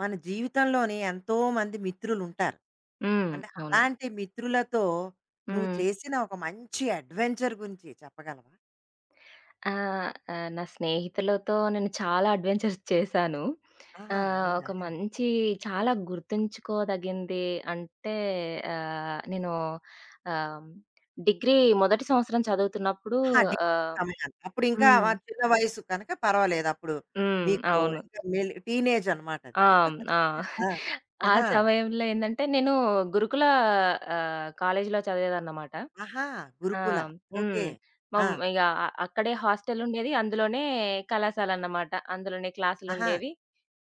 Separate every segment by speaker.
Speaker 1: మన జీవితంలోని ఎంతో మంది మిత్రులుంటారు.
Speaker 2: హ్మ్.
Speaker 1: అంటే
Speaker 2: అవును.
Speaker 1: అలాంటి మిత్రులతో నువ్వు
Speaker 2: హ్మ్.
Speaker 1: చేసిన ఒక మంచి అడ్వెంచర్ గురించి చెప్పగలవా?
Speaker 2: ఆహ్, ఆహ్, నా స్నేహితులతో నేను చాలా అడ్వెంచర్స్ చేశాను.
Speaker 1: ఆహా! అవునా?
Speaker 2: ఒక మంచి చాలా గుర్తుంచుకోదగింది అంటే ఆహ్, నేను ఆహ్, డిగ్రీ మొదటి సంవత్సరం చదువుతున్నప్పుడు.
Speaker 1: ఆహా! డిగ్రీ
Speaker 2: ఆహ్,
Speaker 1: సమయాన. అప్పుడు ఇంకా
Speaker 2: హ్మ్.
Speaker 1: చిన్న వయసు కనుక పర్వాలేదు. అప్పుడు
Speaker 2: హ్మ్.
Speaker 1: మీకు
Speaker 2: అవును.
Speaker 1: ఇంకా టీనేజ్ అనమాట అది.
Speaker 2: ఆ! ఆ!
Speaker 1: ఆ!
Speaker 2: ఆ
Speaker 1: ఆహా!
Speaker 2: సమయంలో ఏందంటే నేను గురుకుల కాలేజీలో చదివేదన్నమాట.
Speaker 1: ఆహా!
Speaker 2: ఆ!
Speaker 1: గురుకుల. ఓకే.
Speaker 2: హ్మ్.
Speaker 1: ఆ!
Speaker 2: మమ్ ఇగ అ అక్కడే హాస్టలుండేది. అందులోనే కళాశాలన్నమాట. అందులోనే
Speaker 1: ఆహా!
Speaker 2: క్లాసులుండేవి.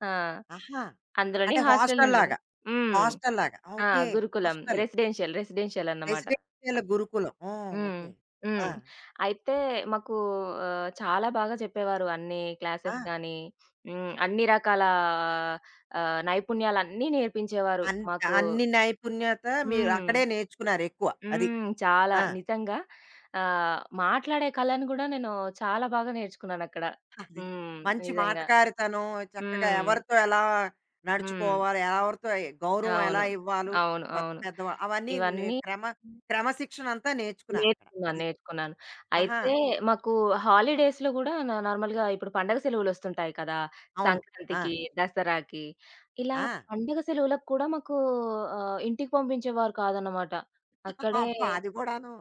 Speaker 2: ఆ!
Speaker 1: ఆహా!
Speaker 2: అందులోనే
Speaker 1: అంటే
Speaker 2: హాస్టలుండేది.
Speaker 1: హాస్టల్‌లాగా.
Speaker 2: హ్మ్.
Speaker 1: హాస్టల్‌లాగా.
Speaker 2: ఆ!
Speaker 1: ఓకే.
Speaker 2: గురుకులం.
Speaker 1: హాస్టల్.
Speaker 2: రెసిడెన్షియలన్నమాట.
Speaker 1: రెసిడెన్షియల్ గురుకులం. ఓహ్!
Speaker 2: హ్మ్.
Speaker 1: ఓకే. ఆ!
Speaker 2: హ్మ్. అయితే మాకు చాలా బాగా చెప్పేవారు అన్ని
Speaker 1: ఆ!
Speaker 2: క్లాసెస్, కానీ అన్ని రకాల నైపుణ్యాలన్నీ నేర్పించేవారు
Speaker 1: అన్
Speaker 2: మాకు.
Speaker 1: అన్ని నైపుణ్యత మీరు
Speaker 2: హ్మ్.
Speaker 1: అక్కడే నేర్చుకున్నారు ఎక్కువ. అది.
Speaker 2: హ్మ్. చాలా.
Speaker 1: ఆ!
Speaker 2: నిజంగా మాట్లాడే కళను గూడా నేను చాలా బాగా నేర్చుకున్నానక్కడ.
Speaker 1: అది.
Speaker 2: హ్మ్.
Speaker 1: మంచి
Speaker 2: నిజంగా.
Speaker 1: మాటకారితనం, చక్కగా
Speaker 2: హ్మ్.
Speaker 1: ఎవరితో ఎలా
Speaker 2: హ్మ్.
Speaker 1: నడుచుకోవాలి, ఎవరితో గౌరవం ఎలా
Speaker 2: అవును.
Speaker 1: ఇవ్వాలో,
Speaker 2: అవును.
Speaker 1: పెద్ద
Speaker 2: అవును.
Speaker 1: పెద్దవాళ్ళు అవన్నీ నే
Speaker 2: ఇవన్నీ
Speaker 1: క్రమ క్రమశిక్షణ అంతా నేర్చుకున్నారక్కడ.
Speaker 2: నేర్చుకున్నాను.
Speaker 1: అది.
Speaker 2: నేర్చుకున్నాను.
Speaker 1: ఆహా!
Speaker 2: అయితే మాకు హాలిడేస్‌లో గూడా నార్మల్‌గా ఇప్పుడు పండగ సెలవులొస్తుంటాయి కదా!
Speaker 1: అవును. ఆ!
Speaker 2: సంక్రాంతికి, దసరాకి, ఇలా
Speaker 1: ఆ!
Speaker 2: పండగ సెలవులకు కూడా మాకు ఇంటికి పంపించేవారు కాదన్నమాట. అక్కడే.
Speaker 1: అబ్బా! అది కూడాను.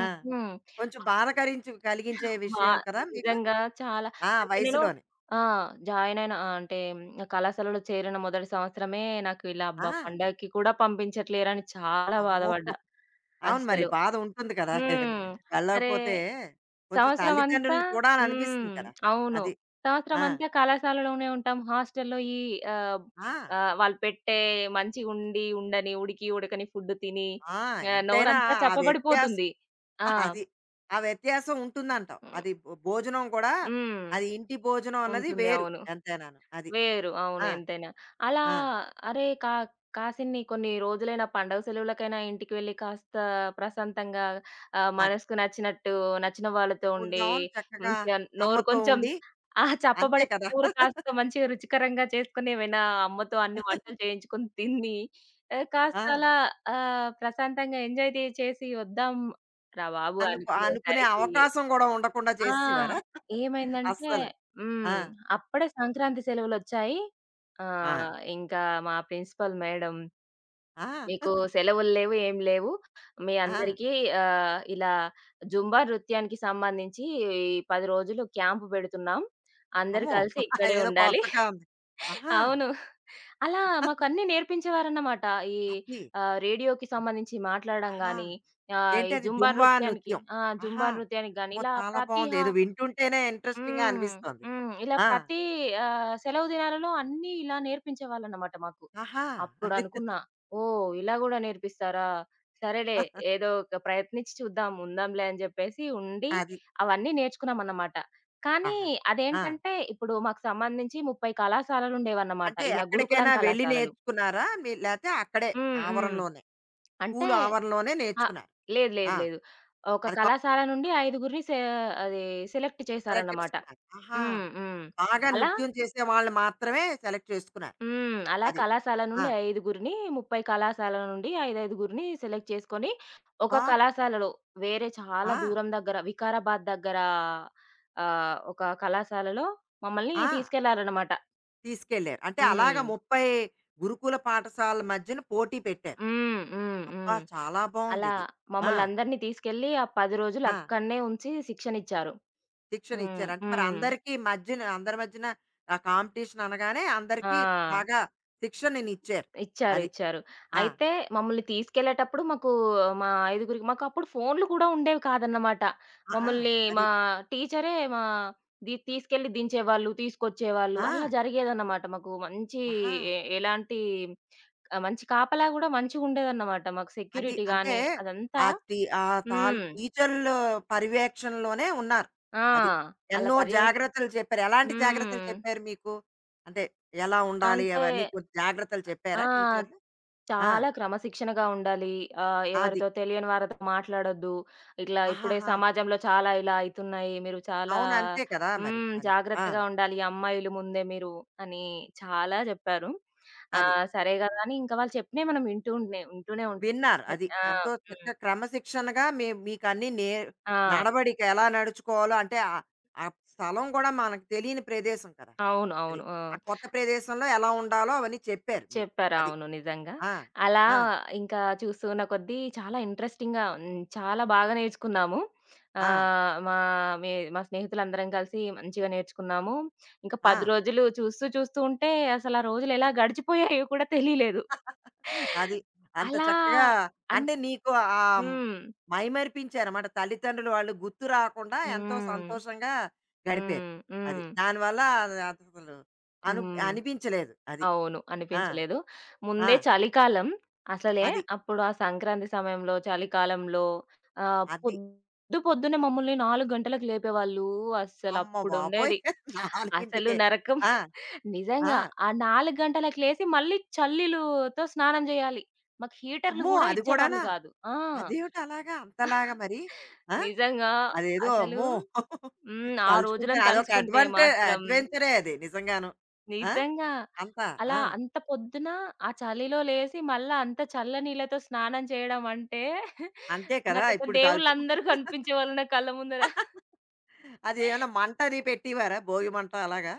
Speaker 1: ఆ!
Speaker 2: హ్మ్.
Speaker 1: కొంచెం బాధ కలిగించే
Speaker 2: వా
Speaker 1: విషయం కదా మీకు.
Speaker 2: నిజంగా చాలా.
Speaker 1: ఆ!
Speaker 2: అంటే నేను
Speaker 1: వయసులోనే.
Speaker 2: ఆ! జాయినయిన, అంటే కళాశాలలో చేరిన మొదటి సంవత్సరమే నాకు ఇలా అబ్బా!
Speaker 1: ఆ!
Speaker 2: పండగకి కూడా పంపించట్లేరని చాలా
Speaker 1: అమ్మో!
Speaker 2: బాధపడ్డా.
Speaker 1: అవును మరి.
Speaker 2: అస్సలు.
Speaker 1: బాధ ఉంటుంది కదా!
Speaker 2: హ్మ్. అరే!
Speaker 1: వెళ్ళకపోతే కొంచెం
Speaker 2: సంవత్సరమంతా.
Speaker 1: తల్లిదండ్రుల్ని చూడాలనిపిస్తుంది
Speaker 2: హ్మ్.
Speaker 1: కదా!
Speaker 2: అవును.
Speaker 1: అది. ఆ!
Speaker 2: సంవత్సరమంతా కళాశాలలోనే ఉంటాం. హాస్టల్‌లో ఆహ్,
Speaker 1: ఆ!
Speaker 2: వాళ్ళు పెట్టే మంచిగుండి, ఉండని, ఉడికి, ఉడకని ఫుడ్ తిని
Speaker 1: ఆ! ఎంతైనా
Speaker 2: నోరంతా
Speaker 1: ఆ వ్యత్యాసం
Speaker 2: చప్పబడిపోతుంది. ఆ!
Speaker 1: అది. ఆ వ్యత్యాసం ఉంటుందంటావు. అది భోజనం కూడా
Speaker 2: హ్మ్.
Speaker 1: అది ఇంటి భోజనం అన్నది
Speaker 2: ఉంటుంది.
Speaker 1: వేరు
Speaker 2: అవును.
Speaker 1: ఎంతైనాను. అది.
Speaker 2: వేరు. అవును.
Speaker 1: ఆ!
Speaker 2: ఎంతైనా. అలా
Speaker 1: ఆ!
Speaker 2: అరే! కా కాసిన్ని కొన్ని రోజులైనా పండగ సెలవులకైనా ఇంటికి వెళ్లి కాస్త ప్రశాంతంగా,
Speaker 1: అది.
Speaker 2: మనసుకు నచ్చినట్టు నచ్చిన వాళ్ళతో ఉండి
Speaker 1: ఉందాం చక్కగా
Speaker 2: మంచిగా, నోరు
Speaker 1: అమ్మతో
Speaker 2: కొంచెం
Speaker 1: ఉండి అంతే
Speaker 2: చప్పబడిన
Speaker 1: కదా!
Speaker 2: కూర కాస్త మంచిగా రుచికరంగా చేసుకొని, ఏమైనా అమ్మతో అన్ని వంటలు చేయించుకొని తిని కాస్త
Speaker 1: ఆ!
Speaker 2: అలా ప్రశాంతంగా ఎంజాయ్ ది చేసి వద్దాం రా బాబు
Speaker 1: అనుకునే
Speaker 2: అనుకునేసరికి,
Speaker 1: అవకాశం గూడా ఉండకుండా
Speaker 2: ఆ!
Speaker 1: చేసేవారా?
Speaker 2: ఏమైందంటే
Speaker 1: అస్సలు. ఆ!
Speaker 2: హ్మ్. అప్పుడే సంక్రాంతి సెలవులొచ్చాయి.
Speaker 1: ఆ!
Speaker 2: ఇంకా మా ప్రిన్సిపల్ మేడం,
Speaker 1: ఆ!
Speaker 2: "మీకు సెలవులు లేవు, ఏం లేవు. మీ
Speaker 1: ఆ!
Speaker 2: అందరికీ ఇలా జుంబా నృత్యానికి సంబంధించి 10 రోజులు క్యాంప్ పెడుతున్నాం. అందరూ
Speaker 1: అమ్మో!
Speaker 2: కలిసి ఇక్కడే
Speaker 1: అదేదో
Speaker 2: ఉండాలి."
Speaker 1: కొత్తగా ఉంది. ఆహా!
Speaker 2: అవును. అలా మాకు అన్నీ నేర్పించేవారన్నమాట. ఈ
Speaker 1: అది.
Speaker 2: రేడియోకి సంబంధించి మాట్లాడడం
Speaker 1: ఆహా!
Speaker 2: గాని, ఈ
Speaker 1: ఏంటది
Speaker 2: జుంబా
Speaker 1: జుంబా
Speaker 2: నృత్యానికి
Speaker 1: నృత్యం. ఆహా!
Speaker 2: జుంబా నృత్యానికి గాని,
Speaker 1: అమ్మో!
Speaker 2: ఇలా
Speaker 1: చాలా
Speaker 2: ప్రతి
Speaker 1: బావుంది.
Speaker 2: హా
Speaker 1: ఏదో వింటుంటేనే ఇంట్రెస్టింగ్‌గా
Speaker 2: హ్మ్.
Speaker 1: అనిపిస్తోంది.
Speaker 2: హ్మ్. ఇలా
Speaker 1: ఆ!
Speaker 2: ప్రతి సెలవు దినాలలో అన్నీ ఇలా నేర్పించేవాళ్ళన్నమాట మాకు.
Speaker 1: ఆహా! అది.
Speaker 2: అప్పుడనుకున్నా, ఓహ్! ఇలా గూడా నేర్పిస్తారా? సరేలే, ఏదో ఒక ప్రయత్నించి చూద్దాం, ఉందాంలే అని జెప్పేసి ఉండి
Speaker 1: అది.
Speaker 2: అవన్నీ నేర్చుకున్నామన్నమాట. కానీ
Speaker 1: ఆహా! ఆ!
Speaker 2: అదేంటంటే, ఇప్పుడు మాకు సంబంధించి 30 కళాశాలలుండేవన్నమాట.
Speaker 1: అంటే
Speaker 2: ఇలా గురుకులం
Speaker 1: ఎక్కడికైనా వెళ్లి
Speaker 2: కళాశాలలు.
Speaker 1: నేర్చుకున్నారా? మీ లేతే అక్కడే
Speaker 2: హ్మ్. హ్మ్.
Speaker 1: ఆవరణలోనే,
Speaker 2: అంటే
Speaker 1: స్కూలు ఆవరణలోనే
Speaker 2: అ
Speaker 1: నేర్చుకున్నారు.
Speaker 2: లేదు.
Speaker 1: ఆ!
Speaker 2: లేదు. లేదు. ఒక
Speaker 1: అది కా
Speaker 2: కళాశాల నుండి ఐదుగురిని సె అది సెలెక్ట్
Speaker 1: సెలెక్ట్
Speaker 2: చేశారన్నమాట.
Speaker 1: చేసుకున్నారు. ఆహా!
Speaker 2: హ్మ్. హ్మ్.
Speaker 1: బాగా
Speaker 2: అలా
Speaker 1: నృత్యం చేసే వాళ్ళని మాత్రమే సెలెక్ట్ చేసుకున్నారు.
Speaker 2: హ్మ్. అలా
Speaker 1: అది.
Speaker 2: కళాశాల
Speaker 1: ఆ!
Speaker 2: నుండి ఐదుగురిని, 30 కళాశాలల నుండి ఐదైదుగురిని సెలెక్ట్ చేసుకొని, ఒక
Speaker 1: అబ్బా!
Speaker 2: కళాశాలలో వేరే చాలా
Speaker 1: ఆ!
Speaker 2: దూరం దగ్గర, వికారాబాద్ దగ్గర ఒక కళాశాలలో మమ్మల్ని
Speaker 1: ఆ!
Speaker 2: తీసుకెళ్లారన్నమాట.
Speaker 1: తీసుకెళ్లారు. అంటే అలాగా
Speaker 2: హ్మ్.
Speaker 1: 30 గురుకుల పాఠశాలల మధ్యన పోటీ పెట్టారు.
Speaker 2: హ్మ్. హ్మ్.
Speaker 1: అబ్బా!
Speaker 2: హ్మ్.
Speaker 1: చాలా
Speaker 2: అలా
Speaker 1: బావుందిది. ఆ!
Speaker 2: మమ్మల్నందరిని తీసుకెళ్ళి ఆ 10 రోజులు
Speaker 1: ఆ!
Speaker 2: అక్కడనే ఉంచి శిక్షణ ఇచ్చారు.
Speaker 1: శిక్షణ
Speaker 2: హ్మ్.
Speaker 1: ఇచ్చారు. అంటే మరి
Speaker 2: హ్మ్.
Speaker 1: అందరికీ మధ్యన అందరి మధ్యన ఆ కాంపిటీషన్ అనగానే
Speaker 2: ఆ!
Speaker 1: అందరికీ బాగా శిక్షణనిచ్చారు.
Speaker 2: ఇచ్చారు.
Speaker 1: అది.
Speaker 2: ఇచ్చారు.
Speaker 1: ఆ!
Speaker 2: అయితే మమ్మల్ని తీసుకెళ్ళేటప్పుడు మాకు మా ఐదుగురికి మాకప్పుడు ఫోన్‌లు కూడా ఉండేవి కాదన్నమాట.
Speaker 1: ఆ! ఆ!
Speaker 2: మమ్మల్ని
Speaker 1: అది.
Speaker 2: మా టీచరే తీసుకెళ్ళి దించేవాళ్ళు, తీసుకొచ్చేవాళ్ళు. అలా
Speaker 1: ఆ!
Speaker 2: జరిగేదన్నమాట మాకు. మంచి
Speaker 1: ఆహా!
Speaker 2: ఎ ఎలాంటి మంచి కాపలా గూడా మంచిగుండేదన్నమాట. మాకు
Speaker 1: అది
Speaker 2: సెక్యూరిటీ
Speaker 1: అంటే
Speaker 2: గాని అదంతా.
Speaker 1: ఆ టీ ఆ తాల్
Speaker 2: హ్మ్.
Speaker 1: టీచర్ల పర్యవేక్షణలోనే ఉన్నారు.
Speaker 2: ఆ!
Speaker 1: అది.
Speaker 2: అలా
Speaker 1: ఎన్నో
Speaker 2: పర్యవేక్ష
Speaker 1: జాగ్రత్తలు చెప్పారు. ఎలాంటి జాగ్రత్తలు
Speaker 2: హ్మ్.
Speaker 1: చెప్పారు మీకు? అంటే ఎలా ఉండాలి
Speaker 2: అంటే
Speaker 1: అవన్నీ కొంచెం జాగ్రత్తలు
Speaker 2: ఆ!
Speaker 1: చెప్పారా టీచర్లు? ఆ!
Speaker 2: చాలా క్రమశిక్షణగా ఉండాలి.
Speaker 1: అది.
Speaker 2: ఎవరితో, తెలియని వారితో మాట్లాడొద్దు. ఇట్లా ఇప్పుడే
Speaker 1: ఆహాహా!
Speaker 2: సమాజంలో చాలా ఇలా అయితున్నాయి. మీరు చాలా
Speaker 1: అవును. అంతే కదా! మరి. అది. ఆ!
Speaker 2: జాగ్రత్తగా ఉండాలి, ఈ అమ్మాయిలు ముందే మీరు అని చాలా జెప్పారు. ఆ!
Speaker 1: అది.
Speaker 2: సరే గదా! అని, ఇంకా వాళ్ళు చెప్పినయి మనం వింటూనే ఉంటాం.
Speaker 1: విన్నారు. అది.
Speaker 2: ఆ!
Speaker 1: ఎంతో చక్క
Speaker 2: హ్మ్.
Speaker 1: క్రమశిక్షణగా మీ మీకన్నీ నే
Speaker 2: ఆ!
Speaker 1: నడవడిక ఎలా నడుచుకోవాలో అంటే ఆ ఆ స్థలం గూడా మనకు తెలియని ప్రదేశం కదా!
Speaker 2: అవును.
Speaker 1: అది.
Speaker 2: అవును.
Speaker 1: ఆ కొత్త ప్రదేశంలో ఎలా ఉండాలో అవన్నీ చెప్పారు మీకు.
Speaker 2: చెప్పారు.
Speaker 1: అది.
Speaker 2: అవును. నిజంగా.
Speaker 1: ఆ!
Speaker 2: అలా
Speaker 1: ఆ!
Speaker 2: ఇంకా చూస్తున్న కొద్దీ చాలా ఇంట్రెస్టింగ్‌గా, చాలా బాగా నేర్చుకున్నాము.
Speaker 1: ఆ!
Speaker 2: ఆహ్, మా మే మా స్నేహితులందరం కలిసి మంచిగా నేర్చుకున్నాము. ఇంకా 10
Speaker 1: ఆ!
Speaker 2: రోజులు చూస్తూ చూస్తూ ఉంటే అసలు ఆ రోజులు ఎలా గడిచిపోయాయో కూడా తెలియలేదు.
Speaker 1: అది. అంత
Speaker 2: అలా
Speaker 1: చక్కగా
Speaker 2: అన్
Speaker 1: అంటే నీకు హ్మ్,
Speaker 2: హ్మ్.
Speaker 1: మైమరిపించారన్నమాట. తల్లిదండ్రులు వాళ్ళు గుర్తు రాకుండా ఎంతో
Speaker 2: హ్మ్.
Speaker 1: సంతోషంగా గడిపారు.
Speaker 2: హ్మ్.
Speaker 1: అది.
Speaker 2: హ్మ్.
Speaker 1: దానివల్ల అది అసలు అను
Speaker 2: హ్మ్.
Speaker 1: అనిపించలేదు. అది.
Speaker 2: అవును.
Speaker 1: ఆ!
Speaker 2: అనిపించలేదు.
Speaker 1: ఆ!
Speaker 2: ముందే చలికాలం అసలే.
Speaker 1: అది.
Speaker 2: అప్పుడు ఆ సంక్రాంతి సమయంలో, చలికాలంలో
Speaker 1: అది.
Speaker 2: పొద్దు పొద్దున్నే మమ్మల్ని 4 గంటలకు లేపేవాళ్ళు.
Speaker 1: అమ్మ బాబోయ్!
Speaker 2: అస్సలప్పుడుండేది. అసలు
Speaker 1: 4కే.
Speaker 2: నరకం.
Speaker 1: ఆ! ఆ!
Speaker 2: నిజంగా. ఆ 4 గంటలకు లేసి మళ్ళీ చల్లీలుతో స్నానం జేయాలి. మాకు హీటర్‌లు
Speaker 1: అమ్మో!
Speaker 2: గూడా
Speaker 1: అది కూడానా?
Speaker 2: ఇచ్చేవాళ్ళు కాదు.
Speaker 1: అదేమిటి అలాగా అంతలాగా మరి? ఆ!
Speaker 2: నిజంగా.
Speaker 1: అదేదో
Speaker 2: అసలు
Speaker 1: అమ్మో!
Speaker 2: హ్మ్. ఆ
Speaker 1: తలుచుకుంటే
Speaker 2: రోజులను
Speaker 1: అదొక
Speaker 2: తలుచుకుంటే
Speaker 1: అడ్వెంటే
Speaker 2: మాత్రం
Speaker 1: అడ్వెంచరే అది నిజంగాను. ఆ!
Speaker 2: నిజంగా.
Speaker 1: అంతా.
Speaker 2: అలా
Speaker 1: ఆ!
Speaker 2: అంత పొద్దున ఆ చలిలో లేసి మళ్ళా అంత చల్ల నీళ్ళతో స్నానం చేయడం అంటే
Speaker 1: అంతే కదా!
Speaker 2: నాకసలు
Speaker 1: ఇప్పుడు తలుచుకుంటే
Speaker 2: దేవుళ్ళందరూ కనిపించేవాళ్ళు నా కళ్ళ ముందర.
Speaker 1: అదేమన్నా మంట అది పెట్టేవారా? భోగి మంట అలాగా?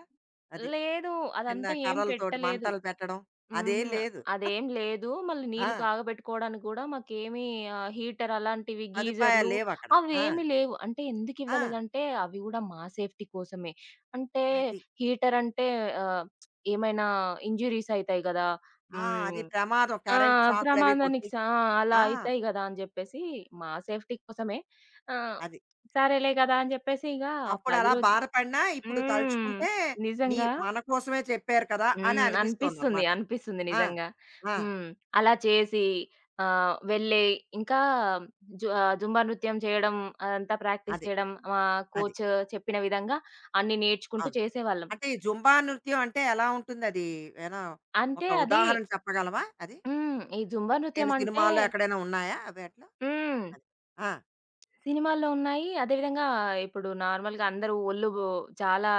Speaker 1: అది
Speaker 2: లేదు.
Speaker 1: చిన్న
Speaker 2: అదంతా ఏం
Speaker 1: కర్రలతోటి
Speaker 2: పెట్టలేదు.
Speaker 1: మంటలు పెట్టడం. అదేం
Speaker 2: హుహు.
Speaker 1: లేదు.
Speaker 2: అదేం లేదు. మళ్ళీ
Speaker 1: ఆ!
Speaker 2: నీళ్ళు కాగబెట్టుకోవడానికి గూడా మాకేమి హీటర్ అలాంటివి,
Speaker 1: సదుపాయాలు
Speaker 2: గీజర్‌లు
Speaker 1: లేవక్కడ. ఆ!
Speaker 2: అవేమి లేవు. అంటే
Speaker 1: ఆ!
Speaker 2: ఎందుకివ్వలేదంటే అవి గూడా మా సేఫ్టీ కోసమే. అంటే
Speaker 1: అది.
Speaker 2: హీటర్ అంటే ఆహ్, ఏమైనా ఇంజ్యూరీస్ అయితాయి గదా!
Speaker 1: ఆ!
Speaker 2: హ్మ్.
Speaker 1: అది ప్రమాదం.
Speaker 2: ఆ!
Speaker 1: కరెంట్ షాక్‌లవి కొట్టి
Speaker 2: ప్రమాదానికి సా ఆ! అలా
Speaker 1: ఆ!
Speaker 2: అయితాయి గదా! అని జెప్పేసి మా సేఫ్టీ కోసమే ఆహ్,
Speaker 1: అది.
Speaker 2: సరేలే గదా! అని జెప్పేసి ఇగ ఆ 10
Speaker 1: అప్పుడలా
Speaker 2: రోజు
Speaker 1: బాధపడినా ఇప్పుడు
Speaker 2: హ్మ్.
Speaker 1: తలుచుకుంటే నీ
Speaker 2: నిజంగా.
Speaker 1: మన కోసమే చెప్పారు కదా! అని
Speaker 2: అనిపిస్తుంది.
Speaker 1: అనిపిస్తోందనమాట.
Speaker 2: అనిపిస్తుంది
Speaker 1: ఆ!
Speaker 2: నిజంగా.
Speaker 1: ఆ!
Speaker 2: హ్మ్. అలా చేసి వెళ్ళి ఇంకా జుంబా నృత్యం చేయడం, అదంతా ప్రాక్టీస్
Speaker 1: అది.
Speaker 2: చేయడం, మా
Speaker 1: అది.
Speaker 2: కోచ్ చెప్పిన విధంగా అన్నీ నేర్చుకుంటూ
Speaker 1: అవును.
Speaker 2: చేసేవాళ్ళం.
Speaker 1: అంటే ఈ జుంబా నృత్యం అంటే ఎలా ఉంటుందది? ఏనా
Speaker 2: అంటే
Speaker 1: ఒక
Speaker 2: అది
Speaker 1: ఉదాహరణ చెప్పగలవా అది?
Speaker 2: హ్మ్. ఈ జుంబా
Speaker 1: నేను
Speaker 2: నృత్యం అంటే
Speaker 1: సినిమాల్లో ఎక్కడైనా ఉన్నాయా అవి అట్లా?
Speaker 2: హ్మ్.
Speaker 1: అది. ఆ!
Speaker 2: సినిమాల్లో ఉన్నాయి. అదేవిధంగా ఇప్పుడు నార్మల్‌గా అందరూ ఒళ్ళు బో చాలా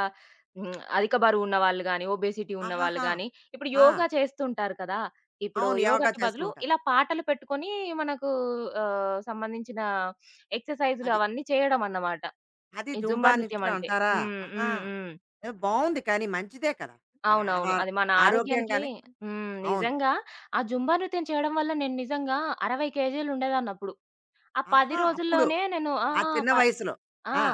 Speaker 2: హ్మ్. అధిక బరువున్న వాళ్ళు గాని, ఒబేసిటీ ఉన్నవాళ్ళు
Speaker 1: ఆహాహా!
Speaker 2: గాని, ఇప్పుడు
Speaker 1: ఆ!
Speaker 2: యోగా చేస్తుంటారు కదా! ఇప్పుడు
Speaker 1: అవును. యోగా
Speaker 2: యోగాకి
Speaker 1: చేస్తూ
Speaker 2: బదులు
Speaker 1: ఉంటారు.
Speaker 2: ఇలా పాటలు పెట్టుకొని మనకు సంబంధించిన ఎక్సర్‌సైజులు
Speaker 1: అది.
Speaker 2: అవన్నీ చేయడం అన్నమాట.
Speaker 1: అది
Speaker 2: ఈ
Speaker 1: జుంబా
Speaker 2: జుంబా నృత్యం
Speaker 1: నృత్యం
Speaker 2: అంటే.
Speaker 1: అంటారా?
Speaker 2: హ్మ్.
Speaker 1: ఆహా!
Speaker 2: హ్మ్. హ్మ్.
Speaker 1: ఏ బావుంది కానీ మంచిదే కదా! మన
Speaker 2: అవునవును.
Speaker 1: ఆహార
Speaker 2: అది మన ఆరోగ్యానికి.
Speaker 1: ఆరోగ్యంగానే అవును.
Speaker 2: నిజంగా ఆ జుంబా నృత్యం చేయడం వల్ల నేను నిజంగా 60 కేజీలు ఉండేదాన్నప్పుడు. ఆ 10
Speaker 1: ఆహా! అప్పుడు
Speaker 2: రోజుల్లోనే నేను ఆ!
Speaker 1: ఆ చిన్న
Speaker 2: ప
Speaker 1: వయసులో.
Speaker 2: ఆ!
Speaker 1: ఆ!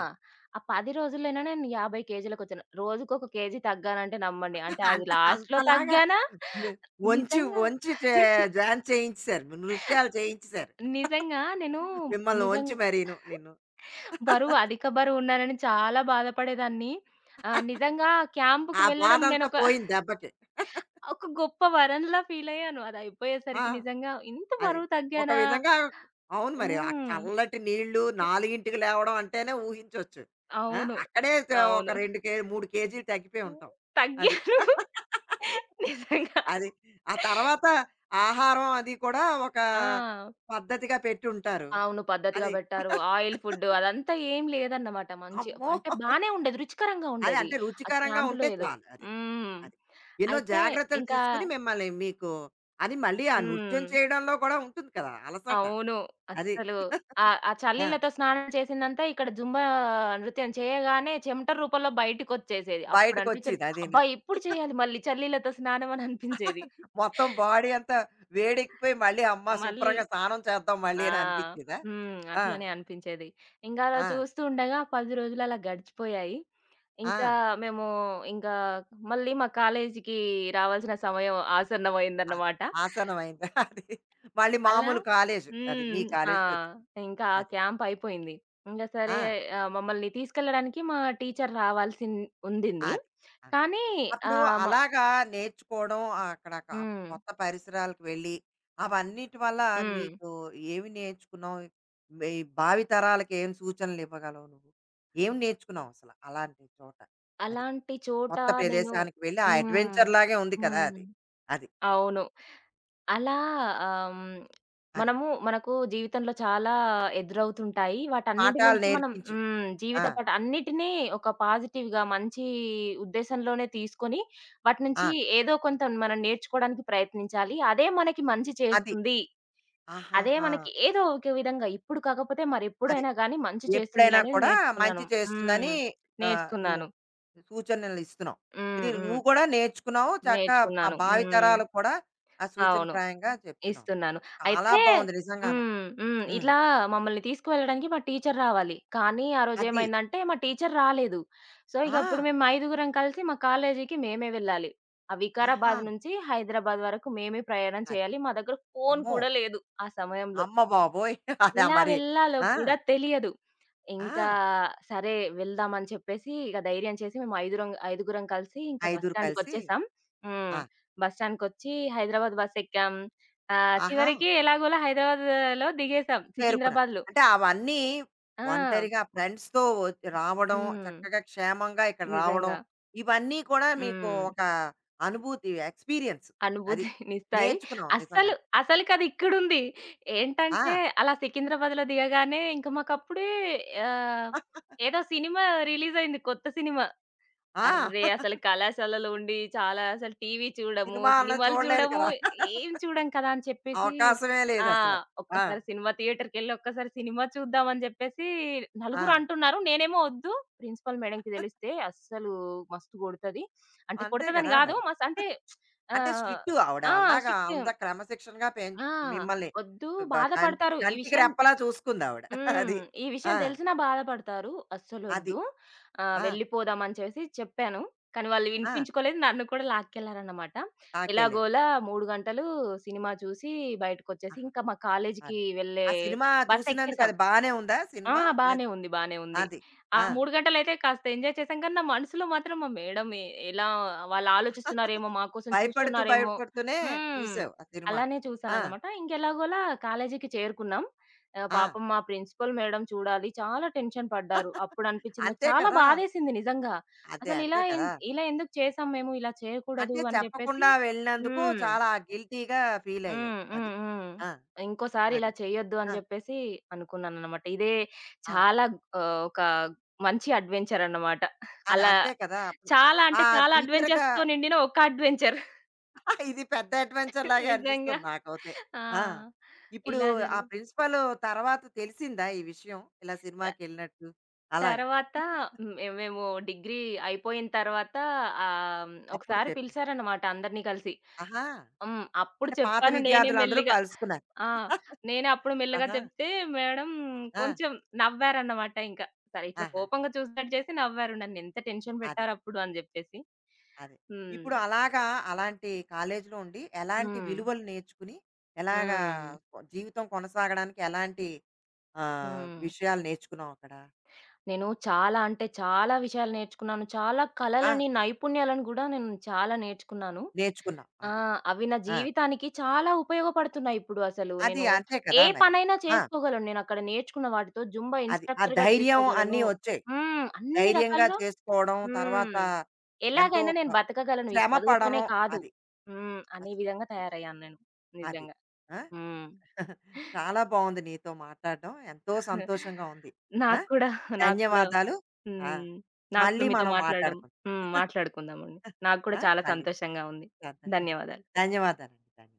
Speaker 2: ఆ 10 రోజుల్లోనే నేను 50 కేజీలకొచ్చాను. రోజుకొక కేజీ తగ్గానంటే నమ్మండి. అంటే అది లాస్ట్‌లో
Speaker 1: అంతలాగా
Speaker 2: తగ్గానా
Speaker 1: ని వంచి,
Speaker 2: నిజంగా.
Speaker 1: వంచి చే డాన్స్ చేయించేసారు. నృత్యాలు చేయించేసారు.
Speaker 2: నిజంగా నేను
Speaker 1: మిమ్మల్ని
Speaker 2: నిజం
Speaker 1: ఉంచి మరీను నిన్ను.
Speaker 2: బరువు అధిక బరువున్నానని చాలా బాధపడేదాన్ని. నిజంగా క్యాంప్‌కి
Speaker 1: ఆ
Speaker 2: వెళ్ళడం
Speaker 1: బాధంతా
Speaker 2: నేనొక ఒక
Speaker 1: పోయింది దెబ్బకి.
Speaker 2: ఒక గొప్ప వరంలా ఫీలయ్యాను.
Speaker 1: ఆ!
Speaker 2: అదయిపోయేసరికి నిజంగా ఇంత
Speaker 1: అది.
Speaker 2: బరువు
Speaker 1: ఒక
Speaker 2: తగ్గానా?
Speaker 1: విధంగా అవును మరి. ఆ
Speaker 2: హ్మ్.
Speaker 1: చల్లటి నీళ్ళు 4కి లేవడం అంటేనే ఊహించొచ్చు. ఆ!
Speaker 2: అవును.
Speaker 1: అక్కడే త ఒక
Speaker 2: అవును.
Speaker 1: 2 కే 3 కేజీలు తగ్గిపోయి ఉంటాం. అది.
Speaker 2: తగ్గాను. నిజంగా.
Speaker 1: అది. ఆ తర్వాత ఆహారం అది కూడా ఒక
Speaker 2: ఆ!
Speaker 1: పద్ధతిగా పెట్టుంటారు.
Speaker 2: అవును. పద్ధతిగా
Speaker 1: అది.
Speaker 2: బెట్టారు. ఆయిల్ ఫుడ్డు అదంతా ఏం లేదన్నమాట. మంచి
Speaker 1: అమ్మో!
Speaker 2: అంటే బానే ఉండేది. రుచికరంగా
Speaker 1: అది
Speaker 2: ఉండేది.
Speaker 1: అంటే
Speaker 2: ఆ
Speaker 1: రుచికరంగా ఉంటే
Speaker 2: క్యాంప్‌లో ఏదో.
Speaker 1: చాలు అది.
Speaker 2: హ్మ్.
Speaker 1: అది. ఎన్నో
Speaker 2: అయితే
Speaker 1: జాగ్రత్తలు
Speaker 2: ఇంకా
Speaker 1: తీసుకొని మిమ్మల్ని మీకు అని మళ్ళీ ఆ నృత్యం
Speaker 2: హ్మ్.
Speaker 1: చేయడంలో కూడా ఉంటుంది కదా అలసట.
Speaker 2: అవును.
Speaker 1: అది.
Speaker 2: అస్సలు ఆ ఆ
Speaker 1: ఆ!
Speaker 2: చల్లీళ్ళతో స్నానం చేసిందంతా ఇక్కడ జుంబా నృత్యం చేయగానే చెమట రూపంలో బయటికొచ్చేసేది. అప్పుడు అనిపించేది,
Speaker 1: బయటకొచ్చేది అదీను.
Speaker 2: అబ్బా! ఎప్పుడు చేయాలి మళ్ళీ చల్లీళ్ళతో స్నానం అని అనిపించేది.
Speaker 1: మొత్తం బాడీ అంతా వేడెక్కిపోయి మళ్ళీ అమ్మా!
Speaker 2: మళ్ళీ
Speaker 1: శుభ్రంగా స్నానం చేద్దాం మళ్ళీ
Speaker 2: ఆ!
Speaker 1: అని అనిపిచ్చేదా?
Speaker 2: హ్మ్.
Speaker 1: ఆ!
Speaker 2: అట్లనే అనిపించేది. ఇంగ అలా
Speaker 1: ఆ!
Speaker 2: చూస్తూ ఉండగా 10 రోజులు అలా గడిచిపోయాయి.
Speaker 1: ఆ!
Speaker 2: ఇంకా మేము ఇంకా మళ్ళీ మా కాలేజీకి రావాల్సిన సమయం
Speaker 1: ఆస
Speaker 2: ఆసన్నమైందన్నమాట.
Speaker 1: ఆసనం అయింది. అది. మళ్ళీ
Speaker 2: అలా
Speaker 1: మామూలు కాలేజు. అది మీ
Speaker 2: హ్మ్. ఆ!
Speaker 1: కాలేజుకొచ్చింది.
Speaker 2: ఇంకా ఆ
Speaker 1: అది.
Speaker 2: క్యాంప్ అయిపోయింది. ఇంగ సరే,
Speaker 1: ఆ!
Speaker 2: మమ్మల్ని తీసుకెళ్ళడానికి మా టీచర్ రావాల్సిన్ ఉండింది.
Speaker 1: అది. ఆ!
Speaker 2: కానీ
Speaker 1: అప్పుడు
Speaker 2: ఆహ్, మ
Speaker 1: అలాగా నేర్చుకోవడం అక్కడ క
Speaker 2: హ్మ్.
Speaker 1: కొత్త పరిసరాలకు వెళ్ళి, అవన్నిటి వల్ల
Speaker 2: హ్మ్.
Speaker 1: మీకు ఏమి నేర్చుకున్నావు? మీ భావితరాలకి ఏం సూచనలు ఇవ్వగలవు నువ్వు? ఏం నేర్చుకున్నావు అలాంటి చోట? అది.
Speaker 2: అలాంటి చోట
Speaker 1: కొత్త
Speaker 2: నేను
Speaker 1: ప్రదేశానికి వెళ్ళి ఆ
Speaker 2: హ్మ్.
Speaker 1: అడ్వెంచర్ లాగే ఉంది కదా!
Speaker 2: హ్మ్.
Speaker 1: అది. అది.
Speaker 2: అవును. అలా ఆహ్, హ్మ్.
Speaker 1: అది.
Speaker 2: మనము, మనకు జీవితంలో చాలా ఎదురవుతుంటాయి. వాటన్నింటి
Speaker 1: పాఠాలు
Speaker 2: నుంచి మనం
Speaker 1: నేర్పించి. ఆ!
Speaker 2: జీవిత పాట అన్నిటిని ఒక పాజిటివ్‌గా మంచి ఉద్దేశంలోనే తీసుకొని, వాటి
Speaker 1: ఆ!
Speaker 2: నుంచి ఏదో కొంత మనం నేర్చుకోవడానికి ప్రయత్నించాలి. అదే మనకి మంచి
Speaker 1: అది.
Speaker 2: చేస్తుంది. అదే
Speaker 1: ఆహాహా!
Speaker 2: మనకి ఏదో ఒక విధంగా ఇప్పుడు కాకపోతే
Speaker 1: అది.
Speaker 2: మరెప్పుడైనా గానీ మంచి చేస్తుంది
Speaker 1: ఎప్పుడైనా
Speaker 2: అనేది
Speaker 1: కూడా మంచి
Speaker 2: నేర్చుకున్నాను.
Speaker 1: చేస్తుందని
Speaker 2: హ్మ్.
Speaker 1: నువ్వు
Speaker 2: నేర్చుకున్నాను.
Speaker 1: సూచనలు ఇస్తున్నావు.
Speaker 2: హ్మ్.
Speaker 1: ఇది
Speaker 2: హ్మ్.
Speaker 1: నువ్వు కూడా నేర్చుకున్నావు. చక్కగా ఆ
Speaker 2: నేర్చుకున్నాను.
Speaker 1: భావితరాలకు కూడా ఆ
Speaker 2: అవును.
Speaker 1: సూచనప్రాయంగా చెప్తున్నావు.
Speaker 2: ఇస్తున్నాను.
Speaker 1: చాలా
Speaker 2: అయితే,
Speaker 1: బావుంది నిజంగాను.
Speaker 2: హ్మ్. హ్మ్.
Speaker 1: హ్మ్.
Speaker 2: ఇట్లా మమ్మల్ని తీసుకువెళ్ళడానికి మా టీచర్ రావాలి. కానీ ఆ
Speaker 1: అది.
Speaker 2: రోజేమైందంటే మా టీచర్ రాలేదు. సో, ఇక
Speaker 1: ఆ!
Speaker 2: అప్పుడు మేము ఐదుగురం కలిసి మా కాలేజీకి మేమే వెళ్ళాలి. ఆ
Speaker 1: ఆహా!
Speaker 2: వికారాబాద్ నుంచి హైదరాబాద్ వరకు మేమే ప్రయాణం
Speaker 1: అది.
Speaker 2: చేయాలి. మా దగ్గర ఫోను
Speaker 1: అమ్మో!
Speaker 2: కూడా లేదు ఆ సమయంలో.
Speaker 1: అమ్మ బాబోయ్! అదా
Speaker 2: ఎలా
Speaker 1: మరి.
Speaker 2: వెళ్ళాలో
Speaker 1: ఆ!
Speaker 2: కూడా తెలియదు. ఇంకా
Speaker 1: ఆ!
Speaker 2: సరే వెళ్దాం అని చెప్పేసి ఇక ధైర్యం చేసి మేము ఐదుగురం కలిసి ఇంకా బస్
Speaker 1: ఐదుగురు కలిసి
Speaker 2: స్టాండ్‌కొచ్చేసాం. హ్మ్.
Speaker 1: ఆ!
Speaker 2: బస్ స్టాండ్‌కొచ్చి హైదరాబాద్ బస్ ఎక్కాం.
Speaker 1: ఆహా!
Speaker 2: చివరికి ఎలాగోలా హైదరాబాద్‌లో దిగేసాం,
Speaker 1: చేరుకున్నా.
Speaker 2: సికింద్రాబాద్‌లో.
Speaker 1: అంటే అవన్నీ
Speaker 2: ఆ!
Speaker 1: ఒంటరిగా ఫ్రెండ్స్‌తో రావడం,
Speaker 2: హ్మ్.
Speaker 1: చక్కగా క్షేమంగా ఇక్కడ రావడం,
Speaker 2: నిజంగా.
Speaker 1: ఇవన్నీ కూడా మీకు
Speaker 2: హ్మ్.
Speaker 1: ఒక అనుభూతి, ఎక్స్‌పీరియన్స్ అది.
Speaker 2: అనుభూతినిస్తాయి.
Speaker 1: నేర్చుకున్నాం నిజంగా.
Speaker 2: అస్సలు అసలుకది ఇక్కడుంది. ఏంటంటే
Speaker 1: ఆ!
Speaker 2: అలా సికింద్రాబాద్‌లో దిగగానే ఇంక మాకప్పుడే ఆహ్, ఏదో సినిమా రిలీజ్ అయింది, కొత్త సినిమా.
Speaker 1: ఆ!
Speaker 2: అర్రే! అసలు కళాశాలలో ఉండి చాలా అసలు టీవీ చూడము,
Speaker 1: సినిమా అన్నా
Speaker 2: సినిమాలు
Speaker 1: చూడలేదు
Speaker 2: చూడము,
Speaker 1: కదా!
Speaker 2: ఏం చూడం కదా! అని చెప్పేసి,
Speaker 1: అవకాశమే
Speaker 2: ఆ!
Speaker 1: లేదసలు. ఆ!
Speaker 2: ఒక్కసారి సినిమా థియేటర్‌కెళ్ళి ఒక్కసారి సినిమా చూద్దాం అని జెప్పేసి
Speaker 1: ఆ!
Speaker 2: నలుగురు అంటున్నారు. నేనేమో వద్దు, ప్రిన్సిపల్ మేడంకి దెలిస్తే అస్సలు మస్తు గొడతది. అంటే
Speaker 1: అంతే
Speaker 2: కొడతదని
Speaker 1: కదా
Speaker 2: గాదు,
Speaker 1: మరి.
Speaker 2: అంటే
Speaker 1: అంటే
Speaker 2: ఆహ్,
Speaker 1: స్ట్రిక్ట్ ఆవిడ
Speaker 2: ఆ!
Speaker 1: అలాగా
Speaker 2: స్ట్రిక్ట్.
Speaker 1: అంత క్రమశిక్షణగా పెంచ్
Speaker 2: ఆ!
Speaker 1: మిమ్మల్ని
Speaker 2: వద్దు,
Speaker 1: బ కం
Speaker 2: బాధపడతారు. ఈ
Speaker 1: కంటికి
Speaker 2: విషయం.
Speaker 1: రెప్పలా చూసుకుందావిడ. అది.
Speaker 2: హ్మ్. ఈ
Speaker 1: ఆ!
Speaker 2: విషయం తెలిసినా బాధపడతారు.
Speaker 1: అది.
Speaker 2: అస్సలొద్దు.
Speaker 1: ఆ!
Speaker 2: వెళ్ళిపోదాం అని చేసి చెప్పాను. కానీ వాళ్ళు
Speaker 1: ఆ!
Speaker 2: వినిపించుకోలేదు. నన్ను కూడా లాక్కెళ్లారన్నమాట.
Speaker 1: తాకేళ్లారు.
Speaker 2: ఎలాగోలా 3 గంటలు సినిమా చూసి బయటకొచ్చేసి
Speaker 1: ఆహా!
Speaker 2: ఇంకా మా
Speaker 1: అది.
Speaker 2: కాలేజీకి వెళ్ళే
Speaker 1: ఆ సినిమా చూసినందుకు
Speaker 2: బస్సెక్కేసాం.
Speaker 1: అది బానే ఉందా
Speaker 2: ఆ!
Speaker 1: సినిమా?
Speaker 2: బానే
Speaker 1: లేతే
Speaker 2: ఉంది. బానే ఉంది.
Speaker 1: అది.
Speaker 2: ఆ
Speaker 1: ఆ!
Speaker 2: 3 గంటలైతే కాస్త ఎంజాయ్ చేసాం. కానీ నా మనసులో మాత్రం మా మేడమ్ ఎ ఎలా వాళ్ళు ఆలోచిస్తున్నారేమో, మా కోసం
Speaker 1: భయపడుతూ,
Speaker 2: చూస్తున్నారేమో.
Speaker 1: భయపడుతూనే
Speaker 2: హ్మ్.
Speaker 1: చూసావు ఆ సినిమా.
Speaker 2: అలానే
Speaker 1: ఆ!
Speaker 2: చూసానన్నమాట. ఇంకెలాగోలా కాలేజీకి చేరుకున్నాం.
Speaker 1: ఆ!
Speaker 2: పాపం మా ప్రిన్సిపల్ మేడమ్ చూడాలి, చాలా టెన్షన్ పడ్డారు. అప్పుడనిపించింది నాకు,
Speaker 1: అంతే
Speaker 2: చాలా
Speaker 1: కదా!
Speaker 2: బాధేసింది నిజంగా.
Speaker 1: అదే.
Speaker 2: అసలు
Speaker 1: అంతే
Speaker 2: ఇలా ఎన్
Speaker 1: కదా!
Speaker 2: ఇలా ఎందుకు చేసాం మేము? ఇలా చేయకూడదు
Speaker 1: అంటే
Speaker 2: అని చెప్పేసి
Speaker 1: చెప్పకుండా వెళ్ళినందుకు
Speaker 2: హ్మ్.
Speaker 1: చాలా గిల్టీగా ఫీలయ్యావు.
Speaker 2: హ్మ్.
Speaker 1: అది.
Speaker 2: హ్మ్. హ్మ్.
Speaker 1: ఆ!
Speaker 2: ఇంకోసారి ఇలా
Speaker 1: అది.
Speaker 2: చేయొద్దు
Speaker 1: ఆ!
Speaker 2: అని జెప్పేసి అనుకున్నాననమాట. ఇదే
Speaker 1: ఆ!
Speaker 2: చాలా ఒక మంచి అడ్వెంచర్ అన్నమాట.
Speaker 1: అది
Speaker 2: అలా
Speaker 1: అంతే కదా! అప్పుడు
Speaker 2: చాలా
Speaker 1: ఆ
Speaker 2: అంటే చాలా
Speaker 1: టీచర్‌గా
Speaker 2: అడ్వెంచర్స్‌తో నిండిన ఒక అడ్వెంచర్
Speaker 1: ఇది పెద్ద అడ్వెంచర్ లాగే
Speaker 2: నిజంగా.
Speaker 1: అనిపిస్తుంది నాకైతే.
Speaker 2: ఆ!
Speaker 1: ఆ! ఇప్పుడు
Speaker 2: ఇలా
Speaker 1: ఆ
Speaker 2: జరిగి
Speaker 1: ప్రిన్సిపల్ తర్వాత తెలిసిందా ఈ విషయం? ఇలా
Speaker 2: త
Speaker 1: సినిమాకెళ్ళినట్టు అలాగా?
Speaker 2: తర్వాత మేము డిగ్రీ అయిపోయిన తర్వాత
Speaker 1: అప్పుడు
Speaker 2: ఒకసారి
Speaker 1: చెప్పారు.
Speaker 2: పిలిచారన్నమాట అందరిని కలిసి.
Speaker 1: ఆహా!
Speaker 2: అప్పుడు
Speaker 1: అంటే పాత
Speaker 2: చెప్పాను నేనే
Speaker 1: విద్యార్థులందరూ
Speaker 2: మెల్లిగా.
Speaker 1: కలుసుకున్నారు.
Speaker 2: ఆ! నేనే అప్పుడు మెల్లగా
Speaker 1: ఆహా!
Speaker 2: చెప్తే మేడం
Speaker 1: ఆ!
Speaker 2: కొంచెం నవ్వారన్నమాట ఇంక. సరే, ఇట్లా
Speaker 1: ఆహా!
Speaker 2: కోపంగా చూసినట్టు చేసి నవ్వారు. నన్నెంత టెన్షన్
Speaker 1: అదే.
Speaker 2: పెట్టారప్పుడు అని జెప్పేసి.
Speaker 1: అదే.
Speaker 2: హ్మ్.
Speaker 1: ఇప్పుడు అలాగా అలాంటి కాలేజీలో ఉండి ఎలాంటి
Speaker 2: హ్మ్.
Speaker 1: విలువలు నేర్చుకుని, ఎలాగా
Speaker 2: హ్మ్.
Speaker 1: కొ- జీవితం కొనసాగడానికి ఎలాంటి
Speaker 2: హ్మ్.
Speaker 1: విషయాలు నేర్చుకున్నావు అక్కడ?
Speaker 2: నేను చాలా అంటే చాలా విషయాలు నేర్చుకున్నాను. చాలా
Speaker 1: ఆ!
Speaker 2: కళలని, నైపుణ్యాలను గూడా నేను చాలా నేర్చుకున్నాను.
Speaker 1: నేర్చుకున్నావు.
Speaker 2: ఆ!
Speaker 1: అది.
Speaker 2: అవి నా
Speaker 1: ఆ!
Speaker 2: జీవితానికి చాలా ఉపయోగపడుతున్నాయి ఇప్పుడు అసలు.
Speaker 1: అది
Speaker 2: నేను
Speaker 1: అంతే
Speaker 2: ఏ
Speaker 1: కదా మరి.
Speaker 2: పనైనా
Speaker 1: ఆ!
Speaker 2: చేసుకోగలను. నేనక్కడ నేర్చుకున్న వాటితో జుంబా
Speaker 1: అది. ఆ
Speaker 2: ఇన్‌స్ట్రక్టర్‌గా
Speaker 1: ధైర్యం అన్నీ
Speaker 2: చేసుకోగలను.
Speaker 1: వచ్చాయి.
Speaker 2: అన్ని
Speaker 1: ధైర్యంగా
Speaker 2: రకాలుగా
Speaker 1: చేసుకోవడం, తర్వాత
Speaker 2: హ్మ్.
Speaker 1: ఎంతో
Speaker 2: ఎలాగైనా నేను బతకగలను. ఈ
Speaker 1: శ్రమ పడడం
Speaker 2: చదువుతోనే కాదు.
Speaker 1: అది.
Speaker 2: అనే
Speaker 1: అస్
Speaker 2: విధంగా
Speaker 1: అది.
Speaker 2: తయారయ్యాను నేను.
Speaker 1: అది.
Speaker 2: నిజంగా.
Speaker 1: ఆ!
Speaker 2: హ్మ్.
Speaker 1: చాలా బాగుంది నీతో మాట్లాడడం. ఎంతో సంతోషంగా ఉంది. ఆ!
Speaker 2: నాకు కూడా, నాకు కూడా,
Speaker 1: ధన్యవాదాలు. ఆ!
Speaker 2: హ్మ్. నాకు
Speaker 1: మళ్ళీ
Speaker 2: కూడా మీతో
Speaker 1: మనం
Speaker 2: మాట్లాడడం.
Speaker 1: మాట్లాడుకుందాం.
Speaker 2: మాట్లాడుకుందామండి. నాకు కూడా
Speaker 1: ఆ!
Speaker 2: చాలా
Speaker 1: మళ్ళీ.
Speaker 2: సంతోషంగా ఉంది. ధన్యవాదాలు.
Speaker 1: ధన్యవాదాలండి. ధన్యవాదాలు.